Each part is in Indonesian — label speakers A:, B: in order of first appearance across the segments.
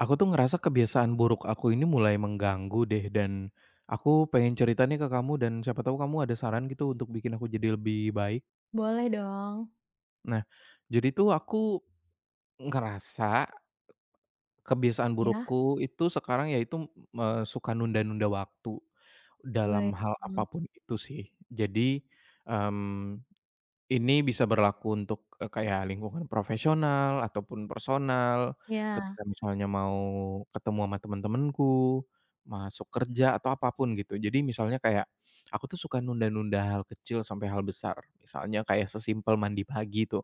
A: Aku tuh ngerasa kebiasaan buruk aku ini mulai mengganggu deh, dan aku pengen cerita nih ke kamu dan siapa tahu kamu ada saran gitu untuk bikin aku jadi lebih baik.
B: Boleh dong.
A: Nah, jadi tuh aku ngerasa kebiasaan
B: Ya,
A: burukku itu sekarang yaitu me suka nunda-nunda waktu dalam hal
B: kebayang.
A: apapun itu sih. Jadi, mmm ini bisa berlaku untuk, kayak lingkungan profesional ataupun personal,
B: Ya,
A: ketika misalnya mau ketemu sama temen-temenku, masuk kerja atau apapun gitu. Jadi misalnya kayak, aku tuh suka nunda-nunda hal kecil sampai hal besar, misalnya kayak sesimpel mandi pagi tuh.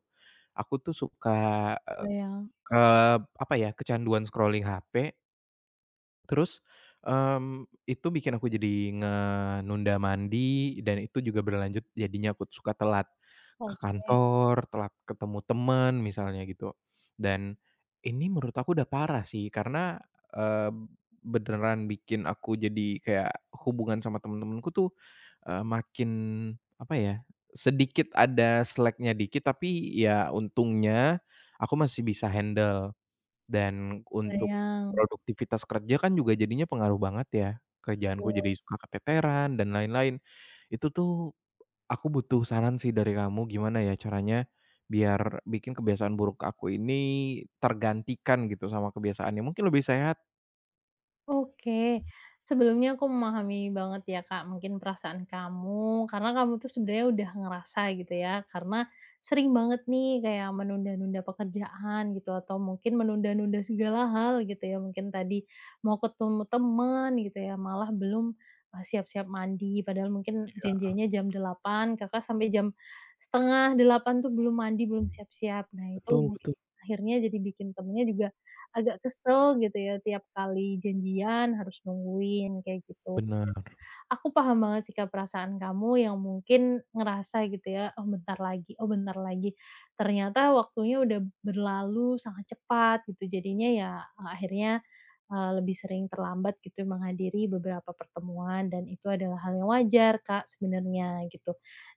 A: Aku tuh suka,
B: kebayang.
A: ke apa ya, kecanduan scrolling HP. Terus, itu bikin aku jadi nge nunda mandi, dan itu juga berlanjut jadinya aku suka telat ke
B: Oke,
A: kantor, telat ketemu temen misalnya gitu. Dan ini menurut aku udah parah sih karena, eee, beneran bikin aku jadi kayak hubungan sama temen-temenku tuh, makin apa ya, sedikit ada slack dikit, tapi ya untungnya aku masih bisa handle. Dan untuk
B: kebayang.
A: produktivitas kerja kan juga jadinya pengaruh banget ya, kerjaanku jadi suka keteteran dan lain-lain. Itu tuh aku butuh saran sih dari kamu, gimana ya caranya biar bikin kebiasaan buruk aku ini tergantikan gitu sama kebiasaan yang mungkin lebih sehat.
B: Oke. Sebelumnya aku memahami banget ya, Kak, mungkin perasaan kamu, karena kamu tuh sebenarnya udah ngerasa gitu ya, karena sering banget nih kayak menunda-nunda pekerjaan gitu, atau mungkin menunda-nunda segala hal gitu ya, mungkin tadi mau ketemu teman gitu ya, malah belum, siap-siap mandi, padahal mungkin janjiannya jam 8 Kakak sampai jam setengah delapan tuh belum mandi, belum siap-siap. Nah, itu
A: Betul
B: mungkin
A: betul,
B: akhirnya jadi bikin temennya juga agak kesel gitu ya tiap kali janjian harus nungguin kayak gitu.
A: benar.
B: Aku paham banget sih Kak perasaan kamu yang mungkin ngerasa gitu ya, "Oh bentar lagi oh bentar lagi." Ternyata waktunya udah berlalu sangat cepat gitu jadinya ya, akhirnya, lebih sering terlambat gitu menghadiri beberapa pertemuan dan itu adalah hal yang wajar Kak sebenarnya gitu.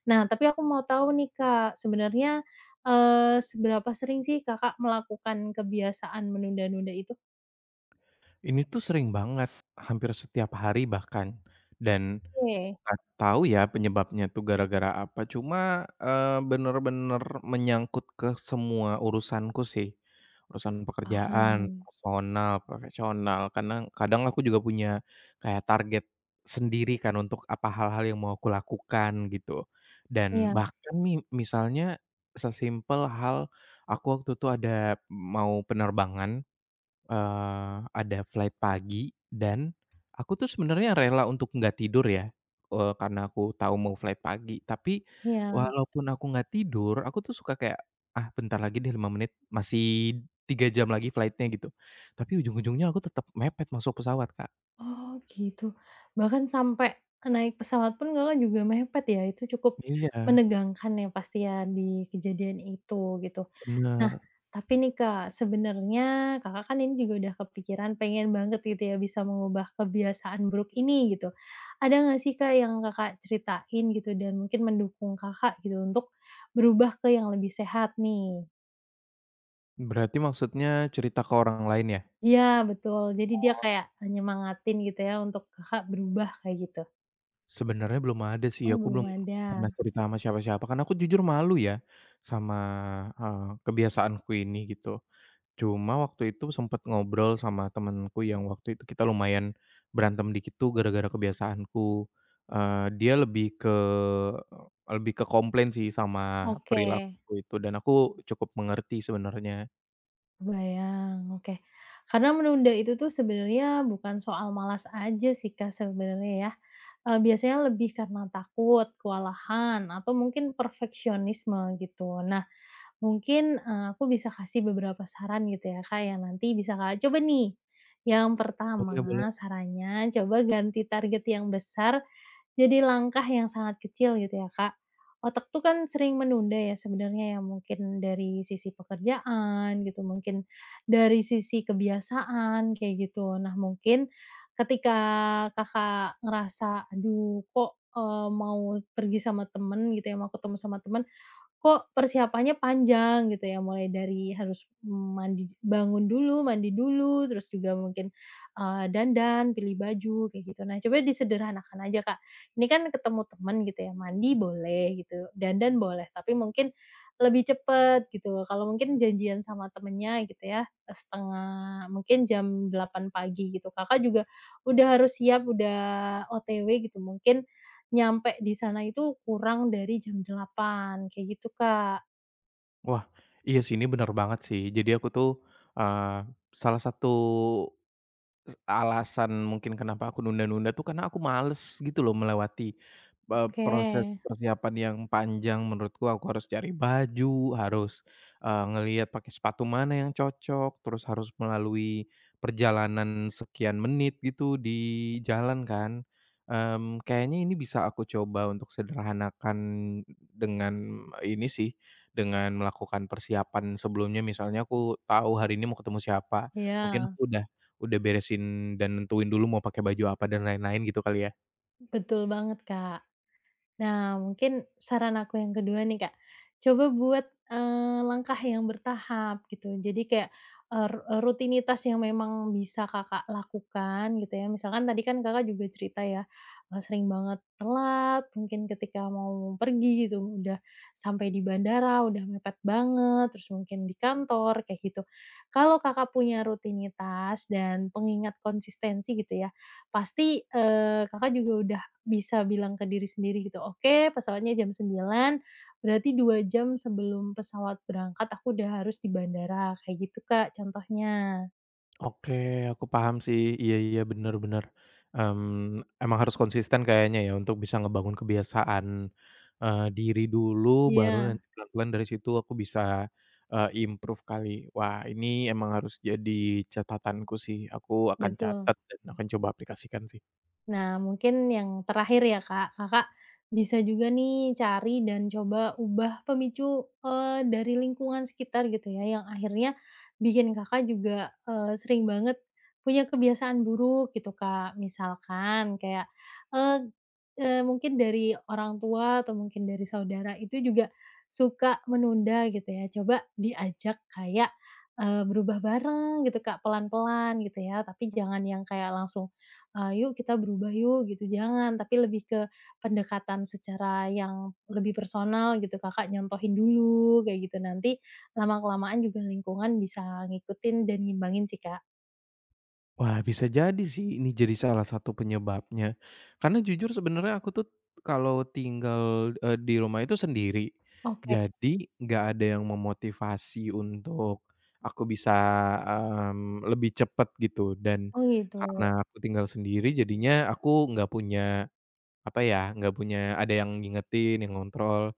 B: Nah tapi aku mau tahu nih Kak sebenarnya, seberapa sering sih Kakak melakukan kebiasaan menunda-nunda itu?
A: Ini tuh sering banget, hampir setiap hari bahkan, dan
B: Oke,
A: nggak tahu ya penyebabnya tuh gara-gara apa, cuma, bener-bener menyangkut ke semua urusanku sih. Urusan pekerjaan,
B: paham.
A: personal, profesional, karena kadang aku juga punya kayak target sendiri kan untuk apa hal-hal yang mau aku lakukan gitu. Dan
B: Iya
A: bahkan nih misalnya sesimpel hal aku waktu itu ada mau penerbangan. Ada flight pagi dan aku tuh sebenarnya rela untuk nggak tidur ya, karena aku tahu mau flight pagi. Tapi
B: iya.
A: walaupun aku nggak tidur, aku tuh suka kayak, "Ah, bentar lagi deh 5 menit, masih 3 jam lagi flightnya gitu." Tapi ujung-ujungnya aku tetap mepet masuk pesawat, Kak.
B: Oh, gitu. Bahkan sampai naik pesawat pun Kakak juga mepet ya, itu cukup
A: Iya,
B: menegangkan ya pasti ya di kejadian itu, gitu. Nah,
A: bener.
B: tapi nih Kak, sebenarnya Kakak kan ini juga udah kepikiran pengen banget gitu ya bisa mengubah kebiasaan buruk ini gitu. Ada nggak sih Kak yang Kakak ceritain gitu dan mungkin mendukung Kakak gitu untuk berubah ke yang lebih sehat nih?
A: Berarti maksudnya cerita ke orang lain ya?
B: Iya betul, jadi dia kayak, nyemangatin gitu ya untuk Kakak berubah kayak gitu?
A: Sebenarnya belum ada sih,
B: Oh
A: aku
B: belum
A: belum
B: ada,
A: pernah cerita sama siapa-siapa, karena aku jujur malu ya sama, kebiasaanku ini gitu. Cuma waktu itu sempet ngobrol sama temenku, yang waktu itu kita lumayan berantem dikit tuh gara-gara kebiasaanku, dia lebih ke komplain sih sama
B: oke,
A: perilaku itu, dan aku cukup mengerti sebenarnya.
B: kebayang, oke. Karena menunda itu tuh sebenarnya bukan soal malas aja sih Kak sebenarnya ya, biasanya lebih karena takut, kewalahan, atau mungkin perfeksionisme gitu. Nah mungkin, aku bisa kasih beberapa saran gitu ya Kak yang nanti bisa Kakak coba nih. Yang pertama
A: Boleh boleh.
B: sarannya coba ganti target yang besar jadi langkah yang sangat kecil gitu ya, Kak. Otak tuh kan sering menunda ya sebenarnya ya, mungkin dari sisi pekerjaan gitu, mungkin dari sisi kebiasaan kayak gitu. Nah, mungkin ketika Kakak ngerasa, "Aduh kok, mau pergi sama temen," gitu ya, "mau ketemu sama temen kok persiapannya panjang gitu ya, mulai dari harus mandi bangun dulu, mandi dulu, terus juga mungkin, dandan, pilih baju, kayak gitu. Nah, coba disederhanakan aja, Kak. Ini kan ketemu temen gitu ya, mandi boleh gitu, dandan boleh, tapi mungkin lebih cepet gitu. Kalau mungkin janjian sama temennya gitu ya, setengah mungkin jam 8 pagi gitu, Kakak juga udah harus siap, udah OTW gitu, mungkin nyampe di sana itu kurang dari jam 8 kayak gitu, Kak.
A: Wah, iya sih ini bener banget sih. Jadi aku tuh, eee, salah satu Es alasan mungkin kenapa aku nunda-nunda tuh karena aku males gitu loh melewati, proses
B: Oke.
A: persiapan yang panjang. Menurutku aku harus cari baju, harus, ngelihat pakai sepatu mana yang cocok, terus harus melalui perjalanan sekian menit gitu di jalan kan. Mmm, kayaknya ini bisa aku coba untuk sederhanakan dengan ini sih, dengan melakukan persiapan sebelumnya. Misalnya aku tahu hari ini mau ketemu siapa,
B: Iya,
A: mungkin aku udah beresin dan nentuin dulu mau pakai baju apa dan lain-lain gitu kali ya?
B: betul banget, Kak. Nah, mungkin saran aku yang kedua nih, Kak, coba buat, langkah yang bertahap gitu. Jadi kayak, rutinitas yang memang bisa Kakak lakukan gitu ya. Misalkan tadi kan Kakak juga cerita ya, sering banget telat, mungkin ketika mau pergi gitu, udah sampai di bandara udah mepet banget, terus mungkin di kantor kayak gitu. Kalau Kakak punya rutinitas dan pengingat konsistensi gitu ya, pasti, Kakak juga bisa bilang ke diri sendiri gitu, "Oke, pesawatnya jam 9, berarti 2 jam sebelum pesawat berangkat aku udah harus di bandara." Kayak gitu, Kak, contohnya.
A: Oke, aku paham sih. Iya iya, bener bener. Mmm, emang harus konsisten kayaknya ya untuk bisa ngebangun kebiasaan, diri dulu, baru
B: Iya,
A: nanti pelan-pelan dari situ aku bisa, improve kali. Wah, ini emang harus jadi catatanku sih. Aku akan
B: betul.
A: catat dan akan coba aplikasikan sih.
B: Nah, mungkin yang terakhir ya, Kak. Kakak bisa juga nih cari dan coba ubah pemicu, dari lingkungan sekitar gitu ya, yang akhirnya bikin Kakak juga, sering banget punya kebiasaan buruk gitu, Kak. Misalkan kayak, eee eee, mungkin dari orang tua atau mungkin dari saudara itu juga suka menunda gitu ya. Coba diajak kayak, berubah bareng gitu, Kak, pelan-pelan gitu ya, tapi jangan yang kayak langsung "Yuk kita berubah yuk," gitu, jangan, tapi lebih ke pendekatan secara yang lebih personal gitu, Kakak nyontohin dulu kayak gitu, nanti lama-kelamaan juga lingkungan bisa ngikutin dan ngimbangin sih, Kak.
A: Wah, bisa jadi sih ini jadi salah satu penyebabnya. Karena jujur sebenarnya aku tuh kalau tinggal, di rumah itu sendiri.
B: Oke.
A: Jadi nggak ada yang memotivasi untuk aku bisa, lebih cepat gitu, dan
B: Oh, gitu.
A: karena aku tinggal sendiri jadinya aku nggak punya, apa ya, nggak punya ada yang ngingetin, yang ngontrol.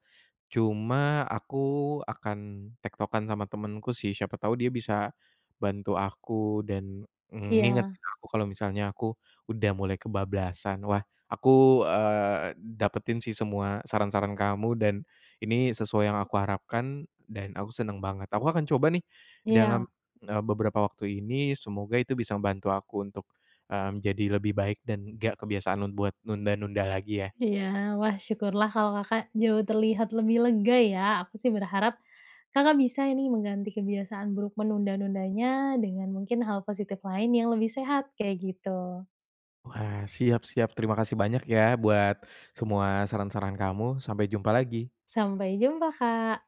A: Cuma aku akan tektokan sama temenku sih, siapa tahu dia bisa bantu aku dan,
B: Iya
A: ngingetin aku kalau misalnya aku udah mulai kebablasan. Wah, aku, dapetin sih semua saran-saran kamu, dan ini sesuai yang aku harapkan dan aku seneng banget. Aku akan coba nih dalam,
B: iya
A: beberapa waktu ini, semoga itu bisa membantu aku untuk, menjadi lebih baik dan nggak kebiasaan buat nunda-nunda lagi ya.
B: iya. Wah, syukurlah kalau Kakak jauh terlihat lebih lega ya, aku sih berharap Kakak bisa ini mengganti kebiasaan buruk menunda-nundanya dengan mungkin hal positif lain yang lebih sehat kayak gitu.
A: Wah, siap siap. Terima kasih banyak ya buat semua saran-saran kamu. Sampai jumpa lagi.
B: Sampai jumpa, Kak.